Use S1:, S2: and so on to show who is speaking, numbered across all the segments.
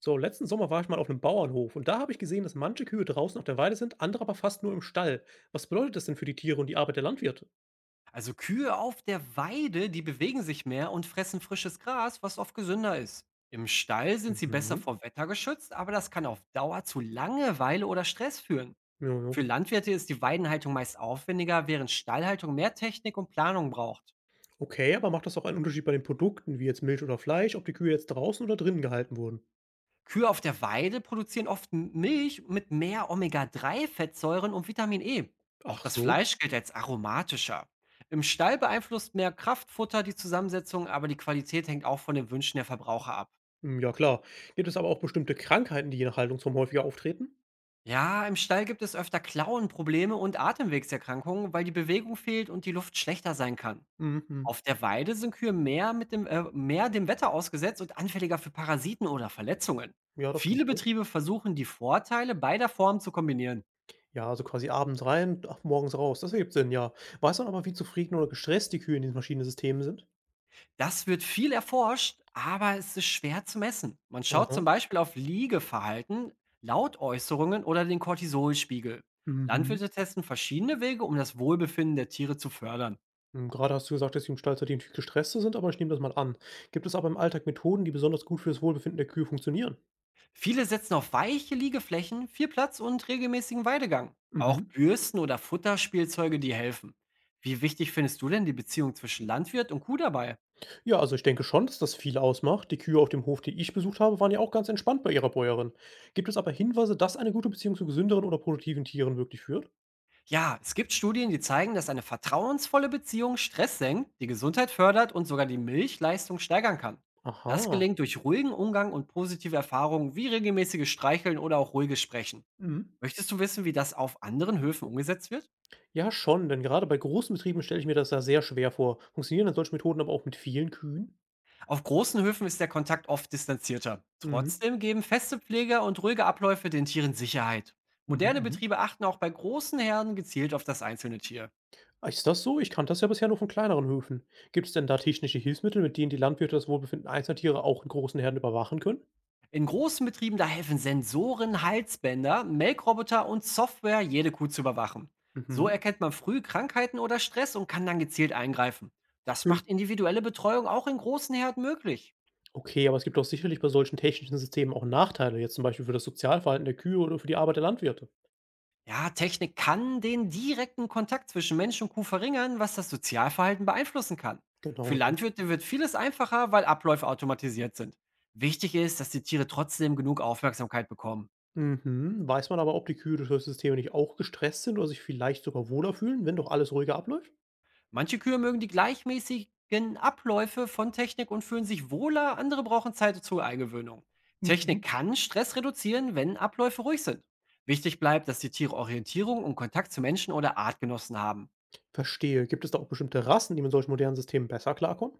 S1: So, letzten Sommer war ich mal auf einem Bauernhof und da habe ich gesehen, dass manche Kühe draußen auf der Weide sind, andere aber fast nur im Stall. Was bedeutet das denn für die Tiere und die Arbeit der Landwirte?
S2: Also Kühe auf der Weide, die bewegen sich mehr und fressen frisches Gras, was oft gesünder ist. Im Stall sind sie besser
S1: Mhm.
S2: vor Wetter geschützt, aber das kann auf Dauer zu Langeweile oder Stress führen.
S1: Jojo.
S2: Für Landwirte ist die Weidenhaltung meist aufwendiger, während Stallhaltung mehr Technik und Planung braucht.
S1: Okay, aber macht das auch einen Unterschied bei den Produkten, wie jetzt Milch oder Fleisch, ob die Kühe jetzt draußen oder drinnen gehalten wurden?
S2: Kühe auf der Weide produzieren oft Milch mit mehr Omega-3-Fettsäuren und Vitamin E. Auch
S1: Ach
S2: das
S1: so.
S2: Fleisch gilt als aromatischer. Im Stall beeinflusst mehr Kraftfutter die Zusammensetzung, aber die Qualität hängt auch von den Wünschen der Verbraucher ab.
S1: Hm, ja klar. Gibt es aber auch bestimmte Krankheiten, die je nach Haltungsform häufiger auftreten?
S2: Ja, im Stall gibt es öfter Klauenprobleme und Atemwegserkrankungen, weil die Bewegung fehlt und die Luft schlechter sein kann.
S1: Mhm.
S2: Auf der Weide sind Kühe mehr, mehr dem Wetter ausgesetzt und anfälliger für Parasiten oder Verletzungen.
S1: Ja, das stimmt
S2: Viele
S1: wohl.
S2: Betriebe versuchen, die Vorteile beider Formen zu kombinieren.
S1: Ja, also quasi abends rein, ach, morgens raus. Das ergibt Sinn, ja. Weiß man aber, wie zufrieden oder gestresst die Kühe in diesen verschiedenen Systemen sind?
S2: Das wird viel erforscht, aber es ist schwer zu messen. Man schaut zum
S1: Aha.
S2: Beispiel auf Liegeverhalten, Lautäußerungen oder den Cortisolspiegel.
S1: Mhm.
S2: Landwirte testen verschiedene Wege, um das Wohlbefinden der Tiere zu fördern.
S1: Hm, gerade hast du gesagt, dass die Stallzeiten natürlich gestresster sind, aber ich nehme das mal an. Gibt es aber im Alltag Methoden, die besonders gut für das Wohlbefinden der Kühe funktionieren?
S2: Viele setzen auf weiche Liegeflächen, viel Platz und regelmäßigen Weidegang. Auch
S1: Mhm.
S2: Bürsten oder Futterspielzeuge, die helfen. Wie wichtig findest du denn die Beziehung zwischen Landwirt und Kuh dabei?
S1: Ja, also ich denke schon, dass das viel ausmacht. Die Kühe auf dem Hof, die ich besucht habe, waren ja auch ganz entspannt bei ihrer Bäuerin. Gibt es aber Hinweise, dass eine gute Beziehung zu gesünderen oder produktiven Tieren wirklich führt?
S2: Ja, es gibt Studien, die zeigen, dass eine vertrauensvolle Beziehung Stress senkt, die Gesundheit fördert und sogar die Milchleistung steigern kann. Das
S1: Aha.
S2: gelingt durch ruhigen Umgang und positive Erfahrungen wie regelmäßiges Streicheln oder auch ruhiges Sprechen.
S1: Mhm.
S2: Möchtest du wissen, wie das auf anderen Höfen umgesetzt wird?
S1: Ja, schon, denn gerade bei großen Betrieben stelle ich mir das ja sehr schwer vor. Funktionieren dann solche Methoden aber auch mit vielen Kühen?
S2: Auf großen Höfen ist der Kontakt oft distanzierter.
S1: Mhm.
S2: Trotzdem geben feste Pfleger und ruhige Abläufe den Tieren Sicherheit.
S1: Mhm.
S2: Moderne
S1: Mhm.
S2: Betriebe achten auch bei großen Herden gezielt auf das einzelne Tier.
S1: Ah, ist das so? Ich kannte das ja bisher nur von kleineren Höfen. Gibt es denn da technische Hilfsmittel, mit denen die Landwirte das Wohlbefinden einzelner Tiere auch in großen Herden überwachen können?
S2: In großen Betrieben da helfen Sensoren, Halsbänder, Melkroboter und Software, jede Kuh zu überwachen. So
S1: Mhm,
S2: erkennt man früh Krankheiten oder Stress und kann dann gezielt eingreifen. Das
S1: okay.
S2: macht individuelle Betreuung auch in großen Herden möglich.
S1: Okay, aber es gibt doch sicherlich bei solchen technischen Systemen auch Nachteile, jetzt zum Beispiel für das Sozialverhalten der Kühe oder für die Arbeit der Landwirte.
S2: Ja, Technik kann den direkten Kontakt zwischen Mensch und Kuh verringern, was das Sozialverhalten beeinflussen kann. Für
S1: Genau, ja.
S2: Landwirte wird vieles einfacher, weil Abläufe automatisiert sind. Wichtig ist, dass die Tiere trotzdem genug Aufmerksamkeit bekommen.
S1: Mhm. Weiß man aber, ob die Kühe durch solche Systeme nicht auch gestresst sind oder sich vielleicht sogar wohler fühlen, wenn doch alles ruhiger abläuft?
S2: Manche Kühe mögen die gleichmäßigen Abläufe von Technik und fühlen sich wohler, andere brauchen Zeit zur Eingewöhnung. Technik
S1: Mhm.
S2: kann Stress reduzieren, wenn Abläufe ruhig sind. Wichtig bleibt, dass die Tiere Orientierung und Kontakt zu Menschen oder Artgenossen haben.
S1: Verstehe. Gibt es da auch bestimmte Rassen, die mit solchen modernen Systemen besser klarkommen?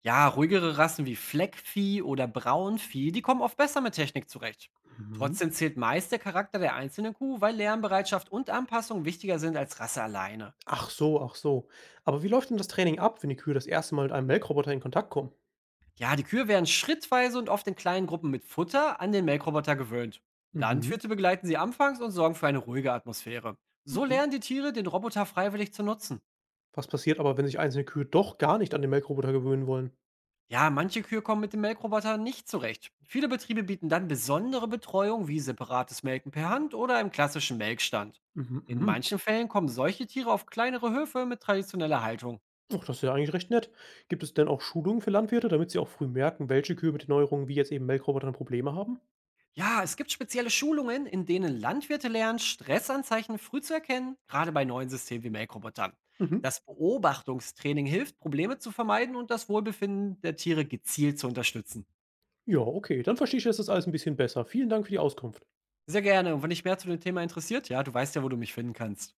S2: Ja, ruhigere Rassen wie Fleckvieh oder Braunvieh, die kommen oft besser mit Technik zurecht.
S1: Mhm.
S2: Trotzdem zählt meist der Charakter der einzelnen Kuh, weil Lernbereitschaft und Anpassung wichtiger sind als Rasse alleine.
S1: Ach so, ach so. Aber wie läuft denn das Training ab, wenn die Kühe das erste Mal mit einem Melkroboter in Kontakt kommen?
S2: Ja, die Kühe werden schrittweise und oft in kleinen Gruppen mit Futter an den Melkroboter gewöhnt.
S1: Mhm,
S2: Landwirte begleiten sie anfangs und sorgen für eine ruhige Atmosphäre. So
S1: mhm.
S2: lernen die Tiere, den Roboter freiwillig zu nutzen.
S1: Was passiert aber, wenn sich einzelne Kühe doch gar nicht an den Melkroboter gewöhnen wollen?
S2: Ja, manche Kühe kommen mit dem Melkroboter nicht zurecht. Viele Betriebe bieten dann besondere Betreuung wie separates Melken per Hand oder im klassischen Melkstand.
S1: Mhm,
S2: In
S1: mhm.
S2: manchen Fällen kommen solche Tiere auf kleinere Höfe mit traditioneller Haltung.
S1: Ach, das ist ja eigentlich recht nett. Gibt es denn auch Schulungen für Landwirte, damit sie auch früh merken, welche Kühe mit den Neuerungen wie jetzt eben Melkrobotern Probleme haben?
S2: Ja, es gibt spezielle Schulungen, in denen Landwirte lernen, Stressanzeichen früh zu erkennen, gerade bei neuen Systemen wie Melkrobotern.
S1: Mhm.
S2: Das Beobachtungstraining hilft, Probleme zu vermeiden und das Wohlbefinden der Tiere gezielt zu unterstützen.
S1: Ja, okay, dann verstehe ich jetzt das alles ein bisschen besser. Vielen Dank für die Auskunft.
S2: Sehr gerne. Und wenn dich mehr zu dem Thema interessiert, ja, du weißt ja, wo du mich finden kannst.